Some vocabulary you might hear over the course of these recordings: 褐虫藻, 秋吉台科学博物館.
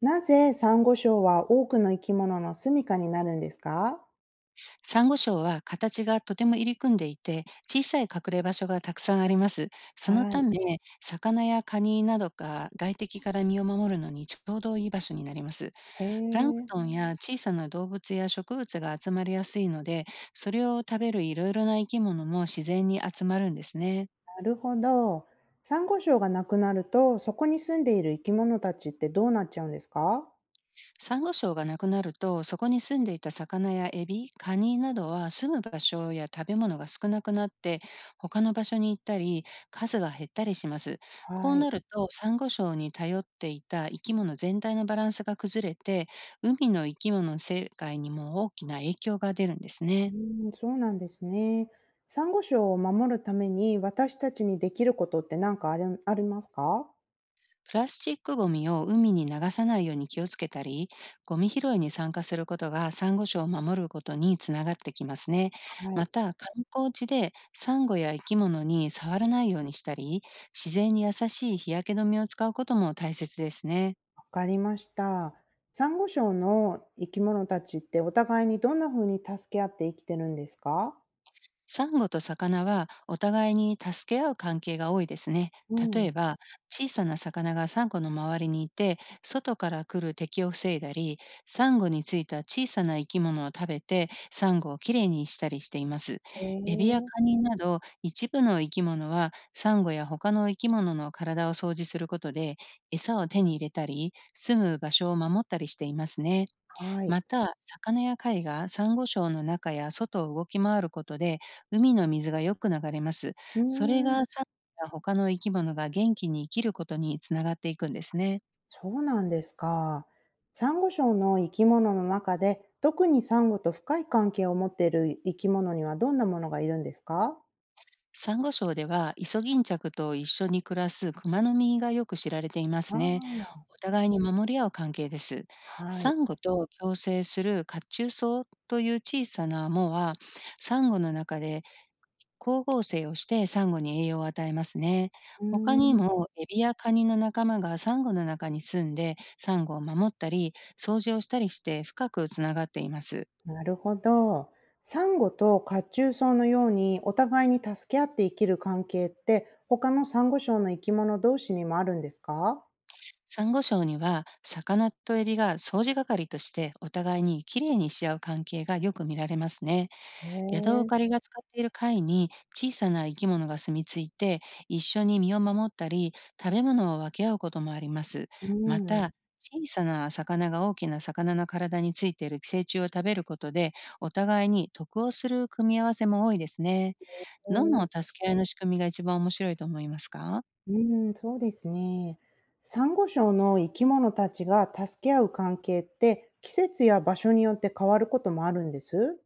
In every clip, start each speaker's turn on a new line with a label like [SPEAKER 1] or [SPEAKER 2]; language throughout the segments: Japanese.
[SPEAKER 1] なぜサンゴ礁は多くの生き物の住処になるんですか？
[SPEAKER 2] サンゴ礁は形がとても入り組んでいて、小さい隠れ場所がたくさんあります。その
[SPEAKER 1] は
[SPEAKER 2] た
[SPEAKER 1] い。
[SPEAKER 2] め、魚やカニなどが外敵から身を守るのにちょうどいい場所になります。
[SPEAKER 1] へ
[SPEAKER 2] プラン
[SPEAKER 1] え、
[SPEAKER 2] ク
[SPEAKER 1] な
[SPEAKER 2] トンや小さな動物や植物が集まりやすいので、それを食べるいろいろな生き物も自然に集まるんですね。
[SPEAKER 1] るほど。サンゴ礁がなくなると、そこに住んでいる生き物たちってどうなっちゃうんですか？
[SPEAKER 2] サンゴ礁がなくなると、そこに住んでいた魚やエビ、カニなどは住む場所や食べ物が少なくなって、他の場所に行ったり、数が減ったりします。こ
[SPEAKER 1] は
[SPEAKER 2] う
[SPEAKER 1] い。
[SPEAKER 2] なると、サンゴ礁に頼っていた生き物全体のバランスが崩れて、海の生き物の世界にも大きな影響が出るんですね。
[SPEAKER 1] うん、そうなんですね。サンゴ礁を守るために私たちにできることって何かある、ありますか？
[SPEAKER 2] プラスチックゴミを海に流さないように気をつけたり、ゴミ拾いに参加することがサンゴ礁を守ることにつながってきますね。
[SPEAKER 1] は
[SPEAKER 2] ま
[SPEAKER 1] い。
[SPEAKER 2] た、観光地でサンゴや生き物に触らないようにしたり、自然に優しい日焼け止めを使うことも大切ですね。
[SPEAKER 1] わかりました。サンゴ礁の生き物たちってお互いにどんな風に助け合って生きてるんですか？
[SPEAKER 2] サンゴと魚はお互いに助け合う関係が多いですね。
[SPEAKER 1] う
[SPEAKER 2] 例え
[SPEAKER 1] ん。
[SPEAKER 2] ば、小さな魚がサンゴの周りにいて、外から来る敵を防いだり、サンゴについた小さな生き物を食べて、サンゴをきれいにしたりしています。
[SPEAKER 1] へ
[SPEAKER 2] エビや
[SPEAKER 1] え。
[SPEAKER 2] カニなど、一部の生き物は、サンゴや他の生き物の体を掃除することで、餌を手に入れたり、住む場所を守ったりしていますね。
[SPEAKER 1] はい。
[SPEAKER 2] また、魚や貝がサンゴ礁の中や外を動き回ることで、海の水がよく流れます。
[SPEAKER 1] うー
[SPEAKER 2] それ
[SPEAKER 1] ん、
[SPEAKER 2] がサンゴや他の生き物が元気に生きることにつながっていくんですね。
[SPEAKER 1] そうなんですか。サンゴ礁の生き物の中で、特にサンゴと深い関係を持っている生き物にはどんなものがいるんですか？
[SPEAKER 2] サンゴ礁では、イソギンチャクと一緒に暮らすクマノミがよく知られていますね。
[SPEAKER 1] あ
[SPEAKER 2] お互いに守り合う関係です。
[SPEAKER 1] あ、は
[SPEAKER 2] サ
[SPEAKER 1] い。
[SPEAKER 2] ンゴと共生する褐虫藻という小さな藻は、サンゴの中で光合成をしてサンゴに栄養を与えますね。
[SPEAKER 1] うー
[SPEAKER 2] 他に
[SPEAKER 1] ん、
[SPEAKER 2] もエビやカニの仲間がサンゴの中に住んでサンゴを守ったり、掃除をしたりして深くつながっています。
[SPEAKER 1] なるほど。サンゴと褐虫藻のようにお互いに助け合って生きる関係って、他のサンゴ礁の生き物同士にもあるんですか？
[SPEAKER 2] サンゴ礁には魚とエビが掃除係としてお互いにきれいにし合う関係がよく見られますね。
[SPEAKER 1] へ
[SPEAKER 2] ヤド
[SPEAKER 1] え、
[SPEAKER 2] カリが使っている貝に小さな生き物が住み着いて、一緒に身を守ったり、食べ物を分け合うこともあります。
[SPEAKER 1] う
[SPEAKER 2] ま
[SPEAKER 1] ん。
[SPEAKER 2] た、小さな魚が大きな魚の体についている寄生虫を食べることで、お互いに得をする組み合わせも多いですね。どの助け合いの仕組みが一番面白いと思いますか？
[SPEAKER 1] そうですね。サンゴ礁の生き物たちが助け合う関係って季節や場所によって変わることもあるんです。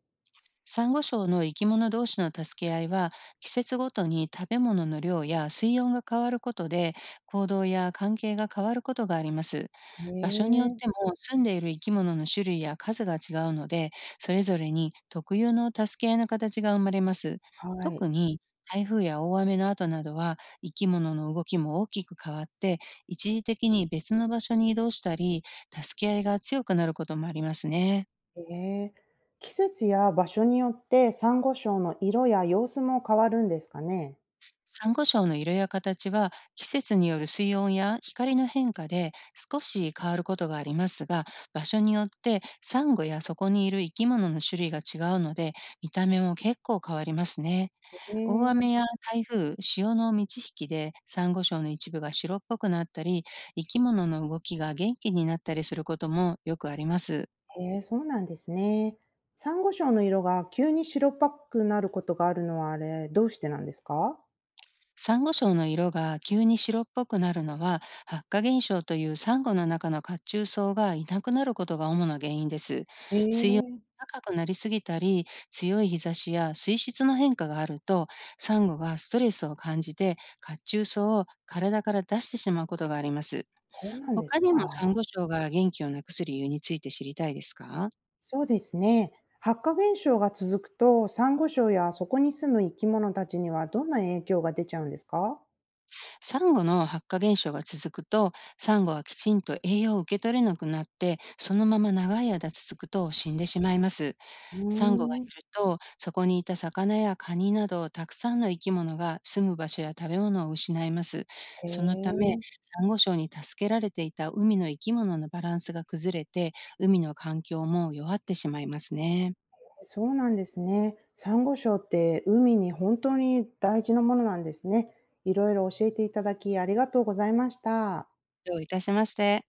[SPEAKER 2] サンゴ礁の生き物同士の助け合いは、季節ごとに食べ物の量や水温が変わることで、行動や関係が変わることがあります。
[SPEAKER 1] へ
[SPEAKER 2] 場所によっ
[SPEAKER 1] え、
[SPEAKER 2] ても住んでいる生き物の種類や数が違うので、それぞれに特有の助け合いの形が生まれます。
[SPEAKER 1] は
[SPEAKER 2] 特
[SPEAKER 1] い。
[SPEAKER 2] に台風や大雨の後などは、生き物の動きも大きく変わって、一時的に別の場所に移動したり、助け合いが強くなることもありますね。
[SPEAKER 1] へえ。季節や場所によってサンゴ礁の色や様子も変わるんですかね。
[SPEAKER 2] サンゴ礁の色や形は、季節による水温や光の変化で少し変わることがありますが、場所によってサンゴやそこにいる生き物の種類が違うので、見た目も結構変わりますね。
[SPEAKER 1] へ
[SPEAKER 2] 大
[SPEAKER 1] え、
[SPEAKER 2] 雨や台風、潮の満ち引きでサンゴ礁の一部が白っぽくなったり、生き物の動きが元気になったりすることもよくあります。
[SPEAKER 1] へえ、そうなんですね。サンゴ礁の色が急に白っぽくなることがあるのはどうしてなんですか？
[SPEAKER 2] サンゴ礁の色が急に白っぽくなるのは、白化現象というサンゴの中の褐虫藻がいなくなることが主な原因です。
[SPEAKER 1] へ
[SPEAKER 2] 水温が
[SPEAKER 1] え、
[SPEAKER 2] 高くなりすぎたり、強い日差しや水質の変化があると、サンゴがストレスを感じて褐虫藻を体から出してしまうことがあります。
[SPEAKER 1] そうなんで
[SPEAKER 2] 他
[SPEAKER 1] す
[SPEAKER 2] にも
[SPEAKER 1] か。
[SPEAKER 2] サンゴ礁が元気をなくす理由について知りたいですか？
[SPEAKER 1] そうですね。発火現象が続くと、サンゴ礁やそこに住む生き物たちにはどんな影響が出ちゃうんですか？
[SPEAKER 2] サンゴの発火現象が続くと、サンゴはきちんと栄養を受け取れなくなって、そのまま長い間続くと死んでしまいます。
[SPEAKER 1] う
[SPEAKER 2] サンゴが
[SPEAKER 1] ーん。
[SPEAKER 2] 減ると、そこにいた魚やカニなどたくさんの生き物が住む場所や食べ物を失います。
[SPEAKER 1] へ
[SPEAKER 2] そのため、
[SPEAKER 1] え、
[SPEAKER 2] サンゴ礁に助けられていた海の生き物のバランスが崩れて、海の環境も弱ってしまいますね。
[SPEAKER 1] そうなんですね。サンゴ礁って海に本当に大事なものなんですね。いろいろ教えていただきありがとうございました。
[SPEAKER 2] どういたしまして。